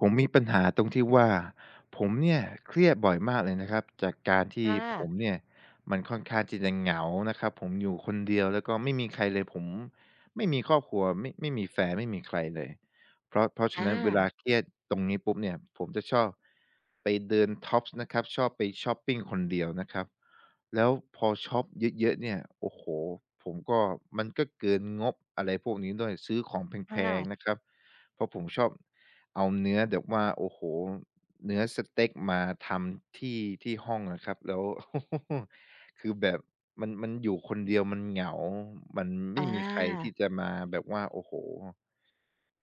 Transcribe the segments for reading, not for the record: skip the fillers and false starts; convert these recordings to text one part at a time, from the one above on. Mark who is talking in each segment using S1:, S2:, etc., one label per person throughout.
S1: ผมมีปัญหาตรงที่ว่าผมเนี่ยเครียดบ่อยมากเลยนะครับจากการที่
S2: ค่
S1: ผ
S2: ะ
S1: มเนี่ยมันค่อนข้างที่จะเหงานะครับผมอยู่คนเดียวแล้วก็ไม่มีใครเลยผมไม่มีครอบครัวไม่มีแฟนไม่มีใครเลยเพราะ
S2: อ
S1: ฉะนั้นเวลา
S2: า
S1: เครียดตรงนี้ปุ๊บเนี่ยผมจะชอบไปเดินท็อปส์นะครับชอบไปชอปปิงคนเดียวนะครับแล้วพอช็อปเยอะๆเนี่ยโอ้โฮผมก็มันก็เกินงบอะไรพวกนี้ด้วยซื้อของ
S2: ค
S1: แพงๆนะ
S2: ่ะ
S1: ครับเพราะผมชอบ เอาเนื้อแบบว่าโอ้โฮเนื้อสเต็กมาทำที่ห้องอะครับแล้ว คือแบบมันอยู่คนเดียวมันเหงา มัน
S2: อ
S1: ไม่มีใคร
S2: า
S1: ที่จะมาแบบว่าโอ้โฮ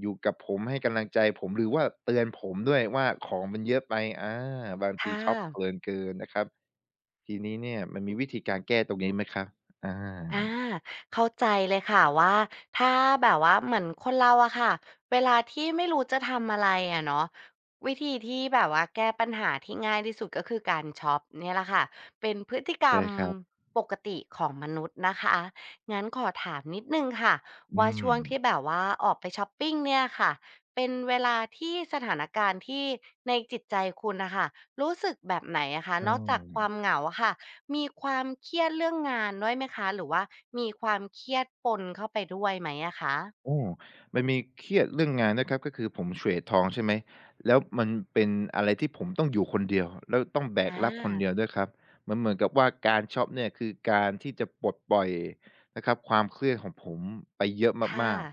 S1: อยู่กับผมให้กำลังใจผมหรือว่าเตือนผมด้วยว่าของมันเยอะไปอาบางที
S2: ค่ะ
S1: ช็อปเพลินเกินนะครับทีนี้เนี่ยมันมีวิธีการแก้ตรงนี้ไหมครับอ
S2: อ่า
S1: า
S2: เข้าใจเลยค่ะว่าถ้าแบบว่าเหมือนคนเราอะค่ะเวลาที่ไม่รู้จะทำอะไรอะเนาะวิธีที่แบบว่าแก้ปัญหาที่ง่ายที่สุดก็คือการช็อปเนี่ยแหละค่ะเป็นพฤติกร
S1: ใช่
S2: รม
S1: ครับ
S2: ปกติของมนุษย์นะคะงั้นขอถามนิดหนึ่งค่ะ
S1: อื
S2: ว่า
S1: ม
S2: ช่วงที่แบบว่าออกไปช็อปปิงเนี่ยค่ะเป็นเวลาที่สถานการณ์ที่ในจิตใจคุณนะคะรู้สึกแบบไหนอะคะ
S1: เอ
S2: นอกจากความ
S1: อ
S2: เหงาอะค่ะ มีความเครียดเรื่องงานด้วยไหมคะหรือว่ามีความเครียดปนเข้าไปด้วยไหมอะคะ
S1: โอ้มันมีเครียดเรื่องงานด้วยครับก็คือผมเทรดทองใช่ไหมแล้วมันเป็นอะไรที่ผมต้องอยู่คนเดียวแล้วต้องแบ
S2: อ
S1: กรับคนเดียว
S2: า
S1: ด้วยครับมันเหมือนกับว่าการช็อปเนี่ยคือการที่จะปลดปล่อยนะครับความเครียดของผมไปเยอะ
S2: ค่ะ
S1: มากๆ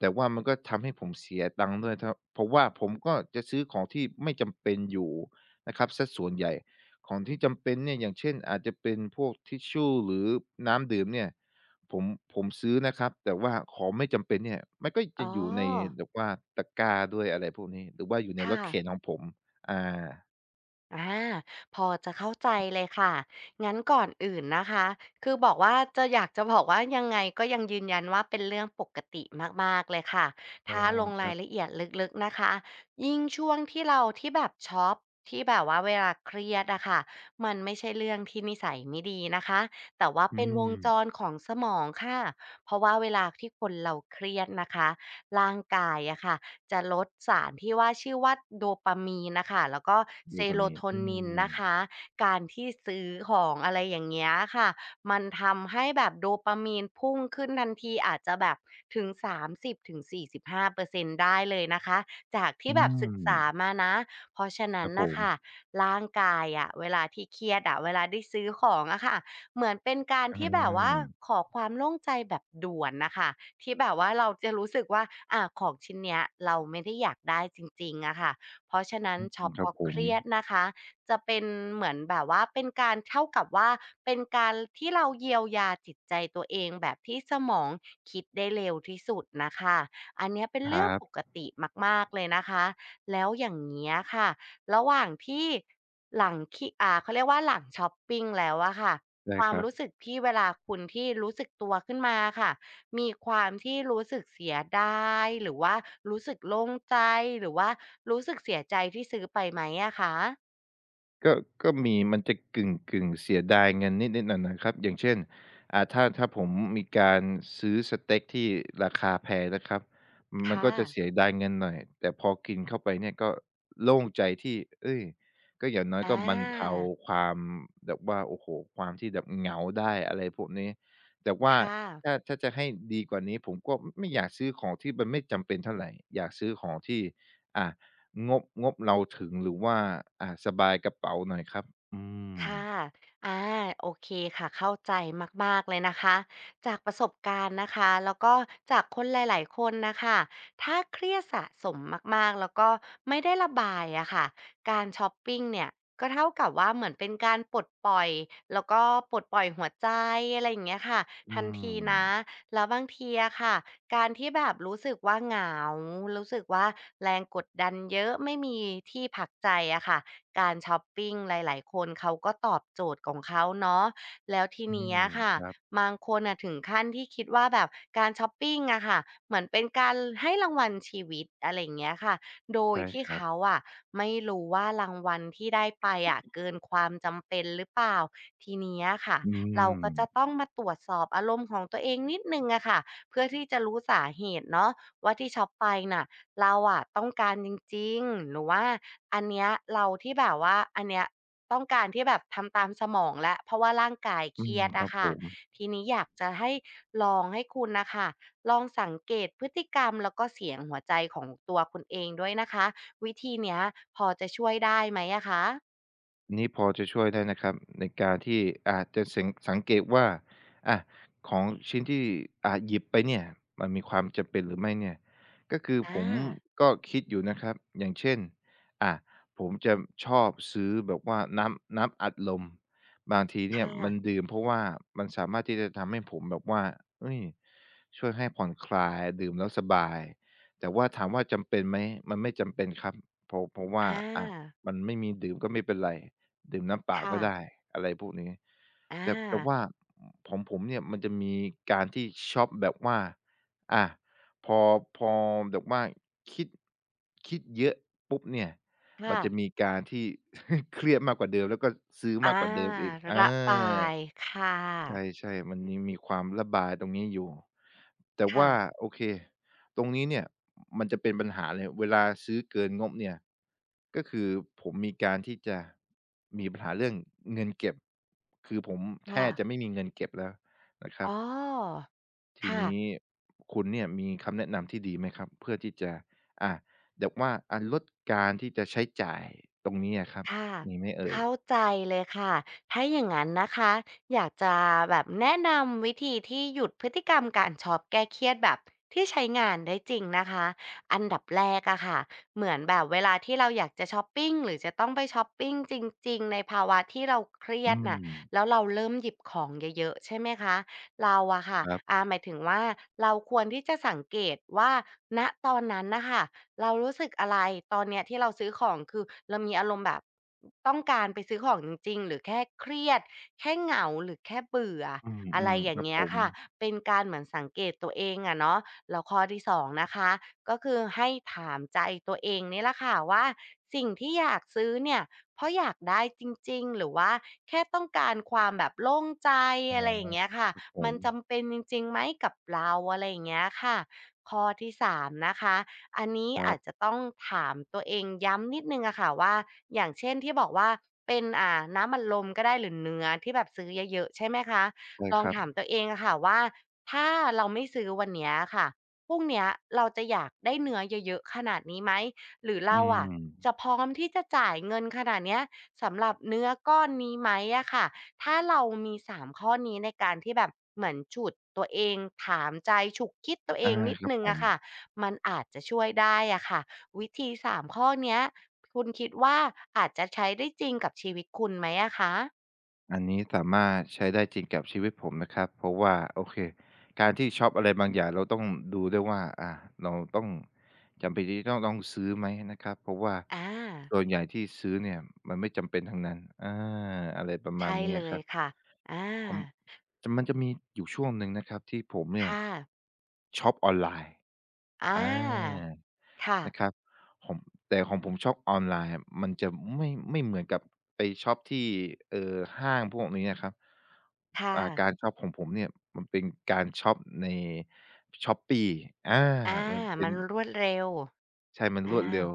S1: แต่ว่ามันก็ทำให้ผมเสียตังค์ด้วยครับเพราะว่าผมก็จะซื้อของที่ไม่จำเป็นอยู่นะครับเสียส่วนใหญ่ของที่จำเป็นเนี่ยอย่างเช่นอาจจะเป็นพวกทิชชู่หรือน้ำดื่มเนี่ยผมผมซื้อนะครับแต่ว่าของไม่จำเป็นเนี่ยมันก็
S2: อ๋
S1: จะ
S2: อ
S1: อยู่ในแบบว่าตะกร้าด้วยอะไรพวกนี้หรือว่าอยู่ในร
S2: ค่ะ
S1: ถเข็นของผมอา
S2: อาพอจะเข้าใจเลยค่ะงั้นก่อนอื่นนะคะคือบอกว่าจะอยากจะบอกว่ายังไงก็ยังยืนยันว่าเป็นเรื่องปกติมากๆเลยค่ะ
S1: อ๋อ
S2: ถ้าลง
S1: ค
S2: รา
S1: รั
S2: ย
S1: บ
S2: ละเอียดลึกๆนะคะยิ่งช่วงที่เราที่แบบช็อปที่แบบว่าเวลาเครียดอะค่ะมันไม่ใช่เรื่องที่นิสัยไม่ดีนะคะแต่ว่า
S1: อื
S2: เป็นว
S1: ม
S2: งจรของสมองค่ะเพราะว่าเวลาที่คนเราเครียดนะคะร่างกายอะค่ะ จะลดสารที่ว่าชื่อว่าโดปามีนน่ะค่ะแล้วก็เซ
S1: ดูพา
S2: โร
S1: มีน
S2: โท
S1: อื
S2: นิน
S1: ม
S2: นะคะการที่ซื้อของอะไรอย่างเงี้ยค่ะมันทำให้แบบโดปามีนพุ่งขึ้นทันทีอาจจะแบบถึง30-45%ได้เลยนะคะจากที่
S1: อื
S2: แบบศึก
S1: ม
S2: ษามานะเพราะฉะ
S1: ค
S2: นั้
S1: รั
S2: น
S1: บผ
S2: น่ะ
S1: ม
S2: ค่ะร่างกายอะเวลาที่เครียดอะเวลาได้ซื้อของอะค่ะเหมือนเป็นการ
S1: อื
S2: ที่แบบว่าข
S1: ม
S2: อความโล่งใจแบบด่วนน่ะค่ะ ที่แบบว่าเราจะรู้สึกว่าของชิ้นเนี้ยเราไม่ได้อยากได้จริงๆอะค่ะเพราะฉะนั้นช็อป
S1: ค
S2: เพ
S1: รับ
S2: ราะ
S1: ผ
S2: เค
S1: ม
S2: รียดนะคะจะเป็นเหมือนแบบว่าเป็นการเท่ากับว่าเป็นการที่เราเยียวยาจิตใจตัวเองแบบที่สมองคิดได้เร็วที่สุดน่ะค่ะอันเนี้ยเป็น
S1: ค
S2: เรื่
S1: รั
S2: องปก
S1: บ
S2: ติมากๆเลยนะคะแล้วอย่างเงี้ยค่ะระหว่างที่หลังคิเขาเรียกว่าหลังช็อปปิงแล้วอะค่ะ
S1: ได้
S2: ควา
S1: ค
S2: ม
S1: รับ
S2: รู้สึกที่เวลาคุณที่รู้สึกตัวขึ้นมาอะค่ะ มีความที่รู้สึกเสียดายหรือว่ารู้สึกโล่งใจหรือว่ารู้สึกเสียใจที่ซื้อไปไหมอะคะ
S1: ก็ก็มีมันจะกึ่งเสียดายเงินนิดๆหน่อยๆครับอย่างเช่นอ่าถ้าผมมีการซื้อสเต็กที่ราคาแพงนะครับมันก็
S2: ค่ะ
S1: จะเสียดายเงินหน่อยแต่พอกินเข้าไปเนี่ยก็โล่งใจที่เฮ้ยก็อย่างน้อยก็
S2: อา
S1: บรรเทาความแบบว่าโอ้โฮความที่แบบเหงาได้อะไรพวกนี้แต่ว่า
S2: ค่ะ
S1: ถ้าจะให้ดีกว่านี้ผมก็ไม่อยากซื้อของที่มันไม่จำเป็นเท่าไรอยากซื้อของที่อ่า งบเราถึงหรือว่าอ่าสบายกระเป๋าหน่อยครับ อืม
S2: ค่ะอาโอเคค่ะเข้าใจมากๆเลยนะคะ จากประสบการณ์นะคะ แล้วก็จากคนหลายๆคนนะคะ ถ้าเครียดสะสมมากๆ แล้วก็ไม่ได้ระบายอะค่ะการชอปปิงเนี่ยก็เท่ากับว่าเหมือนเป็นการปลดปล่อย แล้วก็ปลดปล่อยหัวใจอะไรอย่างเงี้ยค่ะ
S1: อื
S2: ทัน
S1: ม
S2: ทีนะ แล้วบางทีอะค่ะการที่แบบรู้สึกว่าเหงารู้สึกว่าแรงกดดันเยอะ ไม่มีที่พักใจอะค่ะ การชอปปิงหลายๆคนเขาก็ตอบโจทย์ของเขาเนาะแล้วที
S1: อื
S2: เนี้
S1: ม
S2: ยค่ะ
S1: ครับ
S2: บางคนน่ะถึงขั้นที่คิดว่าแบบการชอปปิงอะค่ะเหมือนเป็นการให้รางวัลชีวิตอะไรอย่างเงี้ยค่ะโดย
S1: ใช่
S2: ที่
S1: ครับ
S2: เขาอะไม่รู้ว่ารางวัลที่ได้ไปอะเกินความจำเป็นหรือเปล่าทีเนี้ยค่ะ
S1: อื
S2: เราก็จะ
S1: ม
S2: ต้องมาตรวจสอบอารมณ์ของตัวเองนิดหนึ่งอะค่ะเพื่อที่จะรู้สาเหตุเนาะว่าที่ช็อปไปน่ะ เราอะต้องการจริงๆหรือว่าอันเนี้ยเราที่แบบว่าอันเนี้ยต้องการที่แบบทำตามสมองแล้วเพราะว่าร่างกายเค
S1: อื
S2: รี
S1: ม
S2: ยด
S1: ครั
S2: อะ
S1: บผ
S2: ค่ะ
S1: ม
S2: ทีนี้อยากจะให้ลองให้คุณน่ะค่ะลองสังเกตพฤติกรรมแล้วก็เสียงหัวใจของตัวคุณเองด้วยนะคะวิธีเนี้ยพอจะช่วยได้ไหมอะคะ
S1: นี้พอจะช่วยได้นะครับในการที่อาจจะสังเกตว่าอะของชิ้นที่อ่าหยิบไปเนี่ยมันมีความจำเป็นหรือไม่เนี่ยก็คือผ
S2: อา
S1: มก็คิดอยู่นะครับอย่างเช่นอ่าผมจะชอบซื้อแบบว่าน้ำอัดลมบางทีเนี่
S2: ค่
S1: ยมัน
S2: ะ
S1: ดื่มเพราะว่ามันสามารถที่จะทำให้ผมแบบว่าเฮ้ยช่วยให้ผ่อนคลายดื่มแล้วสบายแต่ว่าถามว่าจำเป็นไหมมันไม่จำเป็นครับเพราะว่า
S2: อา
S1: อะมันไม่มีดื่มก็ไม่เป็นไร ดื่มน้ำเปล่า
S2: ค่ะ
S1: ก็ได้อะไรพวกนี้
S2: อ
S1: แต่
S2: า
S1: ว่าของผมเนี่ยมันจะมีการที่ช็อปแบบว่าอาพอพอแบบว่าคิดคิดเยอะปุ๊บเนี่ยมัน
S2: ค่ะ
S1: จะมีการที่ เครียดมากกว่าเดิมแล้วก็ซื้อ
S2: อา
S1: มากกว่าเดิมอีกอา
S2: ระบายค่ะ
S1: ใช่ๆมันยังมีความระบายตรงนี้อยู่ แต่
S2: ค่ะ
S1: ว่าโอเคตรงนี้เนี่ยมันจะเป็นปัญหาเลยเวลาซื้อเกินงบเนี่ยก็คือผมมีการที่จะมีปัญหาเรื่องเงินเก็บ คือผมแท
S2: ค่ะ
S1: บจะไม่มีเงินเก็บแล้วนะครับ
S2: อ๋อ
S1: ทีนี้
S2: ค่ะ
S1: คุณเนี่ยมีคำแนะนำที่ดีไหมครับเพื่อที่จะอ่าแบบว่าอะลดการที่จะใช้จ่ายตรงนี้อะครับ
S2: ค่ะ
S1: มีไหมเอ่ย
S2: เข้าใจเลยค่ะถ้าอย่างนั้นนะคะอยากจะแบบแนะนำวิธีที่หยุดพฤติกรรมการช็อปแก้เครียดแบบที่ใช้งานได้จริงนะคะอันดับแรกอะค่ะเหมือนแบบเวลาที่เราอยากจะช็อปปิ้งหรือจะต้องไปช็อปปิ้งจริงๆในภาวะที่เราเครีย
S1: อื
S2: ดน่ะแล้ว
S1: ม
S2: เราเริ่มหยิบของเยอะๆใช่ไหมคะเราอะค่ะ
S1: ครั
S2: อา
S1: บ
S2: หมายถึงว่าเราควรที่จะสังเกตว่าณตอนนั้นน่ะค่ะ เรารู้สึกอะไรตอนเนี้ยที่เราซื้อของคือเรามีอารมณ์แบบต้องการไปซื้อของจริงๆหรือแค่เครียดแค่เหงาหรือแค่เบื่อ
S1: อื
S2: อะไร
S1: ม
S2: อ
S1: ๆค
S2: ย่าง
S1: รับ
S2: เงี้
S1: ผ
S2: ย
S1: ม
S2: ค่ะเป็นการเหมือนสังเกตตัวเองอะเนาะแล้วข้อที่สองนะคะก็คือให้ถามใจตัวเองนี่แหละค่ะว่าสิ่งที่อยากซื้อเนี่ยเพราะอยากได้จริงๆหรือว่าแค่ต้องการความแบบโล่งใจ
S1: อ๋อ
S2: อะไรอย่างเงี้ยค่ะ
S1: ครับผ
S2: มั
S1: ม
S2: นจำเป็นจริงๆไหมกับเราอะไรอย่างเงี้ยค่ะข้อที่สามนะคะ อันนี้
S1: ครั
S2: อาจ
S1: บ
S2: จะต้องถามตัวเองย้ำนิดนึงอะค่ะว่าอย่างเช่นที่บอกว่าเป็นน้ำมันลมก็ได้หรือเนื้อที่แบบซื้อเยอะๆใช่ไหมคะ
S1: ใช่
S2: ลอ
S1: ค
S2: ง
S1: รับ
S2: ถามตัวเองอะค่ะว่าถ้าเราไม่ซื้อวันเนี้ยค่ะพรุ่งเนี้ยเราจะอยากได้เนื้อเยอะๆขนาดนี้ไหมหรือ
S1: อื
S2: เราอะ
S1: ม
S2: จะพร้อมที่จะจ่ายเงินขนาดเนี้ยสำหรับเนื้อก้อนนี้ไหมอะค่ะถ้าเรามีสามข้อนี้ในการที่แบบเหมือนฉุดตัวเองถามใจฉุกคิดตัวเอ
S1: อา
S2: งนิด
S1: ครับ
S2: นึง
S1: ผม
S2: อะค่ะ มันอาจจะช่วยได้อะค่ะวิธีสามข้อเนี้ยคุณคิดว่าอาจจะใช้ได้จริงกับชีวิตคุณไหมอะคะ
S1: อันนี้สามารถใช้ได้จริงกับชีวิตผมนะครับเพราะว่าโอเคการที่ช็อปอะไรบางอย่างเราต้องดูด้วยว่าอ่าเราต้องจำเป็นที่จะต้องซื้อไหมนะครับเพราะว่า
S2: อา
S1: ส่วนใหญ่ที่ซื้อเนี่ยมันไม่จำเป็นทั้งนั้นอาอะไรประมาณ
S2: ใช่
S1: นี้
S2: เล
S1: อะค
S2: ย
S1: รับ
S2: ค่ะอา
S1: ของจะมันจะมีอยู่ช่วงหนึ่งนะครับที่ผมเนี่ย
S2: ค่ะ
S1: ช็อปออนไลน์
S2: อา
S1: อา
S2: ค่ะ
S1: นะครับผมแต่ของผมช็อปออนไลน์อะมันจะไม่เหมือนกับไปช็อปที่ห้างพวกนี้อะครับ
S2: ค่ะ
S1: อ่าการช็อปของผมเนี่ยมันเป็นการช็อปใน Shopee อา
S2: อา
S1: มันเป็
S2: มั
S1: น
S2: นรวดเร็ว
S1: ใช่มันร
S2: อา
S1: วดเร็ว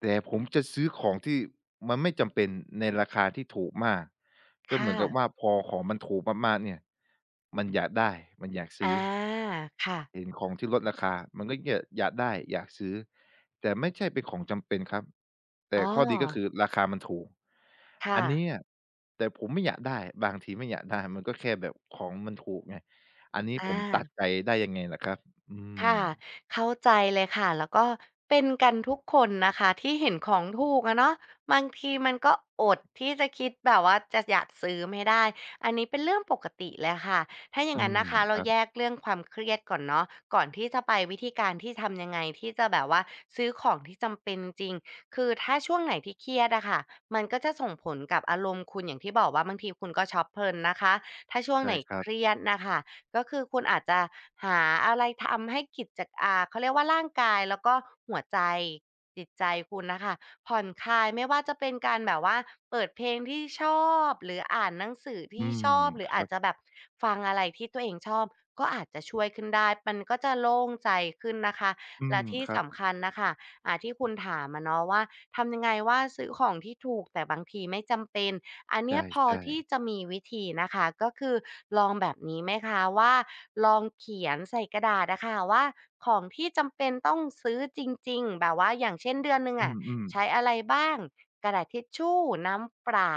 S1: แต่ผมจะซื้อของที่มันไม่จำเป็นในราคาที่ถูกมากก็เหมื
S2: ค่ะ
S1: อนกับว่าพอของมันถูกมากๆเนี่ยมันอยากได้มันอยาก
S2: อา
S1: ซื้อ
S2: ค่ะ
S1: เห็นของที่ลดราคามันก็อยากได้อยากซื้อแต่ไม่ใช่เป็นของจำเป็นครับแต่
S2: อ้อ
S1: ข้อดีก็คือราคามันถูก
S2: ค่ะ
S1: อันเนี้ยแต่ผมไม่อยากได้บางทีไม่อยากได้มันก็แค่แบบของมันถูกไงอันนี้
S2: อ
S1: ผมตัด
S2: า
S1: ใจได้ยังไงล่ะครับอืม
S2: ค่ะเข้าใจเลยค่ะแล้วก็เป็นกันทุกคนนะคะที่เห็นของถูกอะเนาะบางทีมันก็อดที่จะคิดแบบว่าจะอยากซื้อไม่ได้อันนี้เป็นเรื่องปกติเลยค่ะถ้าอย่าง
S1: อื
S2: นั้น
S1: ม
S2: นะคะ
S1: ค
S2: เรา
S1: รับ
S2: แยกเรื่องความเครียดก่อนเนาะก่อนที่จะไปวิธีการที่ทำยังไงที่จะแบบว่าซื้อของที่จำเป็นจริงคือถ้าช่วงไหนที่เครียดอะค่ะมันก็จะส่งผลกับอารมณ์คุณอย่างที่บอกว่าบางทีคุณก็ช็อปเพลินนะคะถ้าช่วงไห
S1: ใช่
S2: น
S1: ครั
S2: เค
S1: บ
S2: รียดนะคะ ก็คือคุณอาจจะหาอะไรทำให้กิจจากเขาเรียกว่าร่างกายแล้วก็หัวใจจิตใจคุณนะคะผ่อนคลายไม่ว่าจะเป็นการแบบว่าเปิดเพลงที่ชอบหรืออ่านหนังสือ
S1: อื
S2: ที่
S1: ม
S2: ชอบหรื
S1: ค
S2: ออา
S1: รั
S2: จจะ
S1: บ
S2: แบบฟังอะไรที่ตัวเองชอบก็อาจจะช่วยขึ้นได้มันก็จะโล่งใจขึ้นนะคะ
S1: อื
S2: และ
S1: ม
S2: ที่
S1: ครับ
S2: สำคัญนะคะที่คุณถามมาเนาะว่าทำยังไงว่าซื้อของที่ถูกแต่บางทีไม่จำเป็น อันเนี้ยพอ
S1: ใช่
S2: ที่
S1: ๆ
S2: จะมีวิธีนะคะก็คือลองแบบนี้ไหมคะว่าลองเขียนใส่กระดาษนะคะว่าของที่จำเป็นต้องซื้อจริงๆแบบว่าอย่างเช่นเดือนหนึ่ง
S1: อื
S2: อะ
S1: ม
S2: ใช้
S1: ๆ
S2: อะไรบ้างกระดาษทิชชู่น้ำเปล่า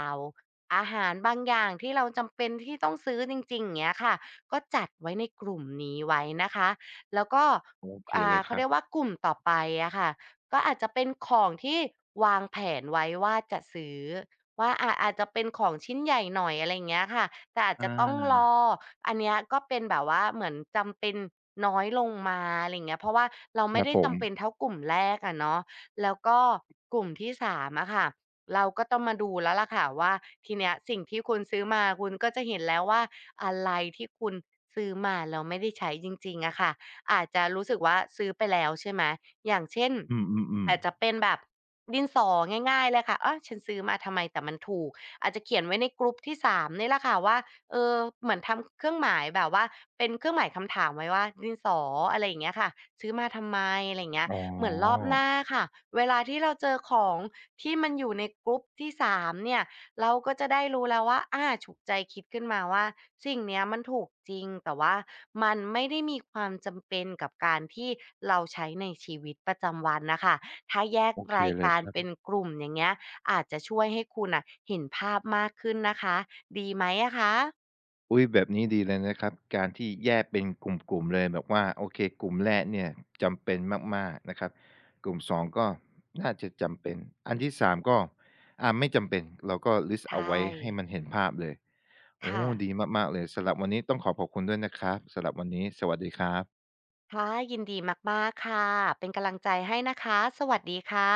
S2: อาหารบางอย่างที่เราจำเป็นที่ต้องซื้อจริงๆอย่างเงี้ยค่ะก็จัดไว้ในกลุ่มนี้ไว้นะคะแล้วก็
S1: โอเคเลยค
S2: เขา
S1: รั
S2: เรี
S1: บ
S2: ยกว่ากลุ่มต่อไปอะค่ะก็อาจจะเป็นของที่วางแผนไว้ว่าจะซื้อ ว่าอาจจะเป็นของชิ้นใหญ่หน่อยอะไรอย่างเงี้ยค่ะแต่อาจจะต้อง
S1: อา
S2: รออันเนี้ยก็เป็นแบบว่าเหมือนจำเป็นน้อยลงมาอะไรอย่างเงี้ยเพราะว่าเรา
S1: ค
S2: ไม่
S1: รับ
S2: ได้
S1: ผม
S2: จำเป็นเท่ากลุ่มแรกอะเนาะแล้วก็กลุ่มที่3อะค่ะเราก็ต้องมาดูแล้วล่ะค่ะว่าทีเนี้ยสิ่งที่คุณซื้อมาคุณก็จะเห็นแล้วว่าอะไรที่คุณซื้อมาแล้วไม่ได้ใช้จริงๆอะค่ะ อาจจะรู้สึกว่าซื้อไปแล้วใช่ไหม อย่างเช่น
S1: อืม
S2: อา
S1: ๆ
S2: จ
S1: ๆ
S2: จะเป็นแบบดินสอง่ายๆเลยค่ะอ้าวฉันซื้อมาทำไมแต่มันถูกอาจจะเขียนไว้ในกรุ๊ปที่3นี่แหละค่ะว่าเออเหมือนทำเครื่องหมายแบบว่าเป็นเครื่องหมายคำถามไว้ว่าดินสออะไรอย่างเงี้ยค่ะซื้อมาทำไมอะไรอย่างเงี้ย
S1: อ๋อ
S2: เหมือนรอบหน้าค่ะเวลาที่เราเจอของที่มันอยู่ในกรุ๊ปที่3เนี่ย เราก็จะได้รู้แล้วว่าอาฉุกใจคิดขึ้นมาว่าสิ่งเนี้ยมันถูกจริง แต่ว่ามันไม่ได้มีความจำเป็นกับการที่เราใช้ในชีวิตประจำวันน่ะค่ะถ้าแยก
S1: โอเค
S2: ราย
S1: เลย
S2: การ
S1: ครั
S2: เป็
S1: บ
S2: นกลุ่มอย่างเงี้ยอาจจะช่วยให้คุณน่ะเห็นภาพมากขึ้นนะคะ ดีไหมอะคะ
S1: อุ๊ยแบบนี้ดีเลยนะครับการที่แยกเป็นกลุ่มๆเลยแบบว่าโอเคกลุ่มแรกเนี่ยจำเป็นมากๆนะครับกลุ่ม2ก็น่าจะจำเป็นอันที่3ก็อ่าไม่จำเป็นเราก็ลิสต์เอาไว้
S2: ใช่
S1: ให้มันเห็นภาพเลยโอ้
S2: ค่ะ
S1: ดีมากๆเลยสำหรับวันนี้ต้องขอบคุณด้วยนะครับสำหรับวันนี้สวัสดีครับ
S2: ค่ะยินดีมากๆค่ะ เป็นกำลังใจให้นะคะ สวัสดีค่ะ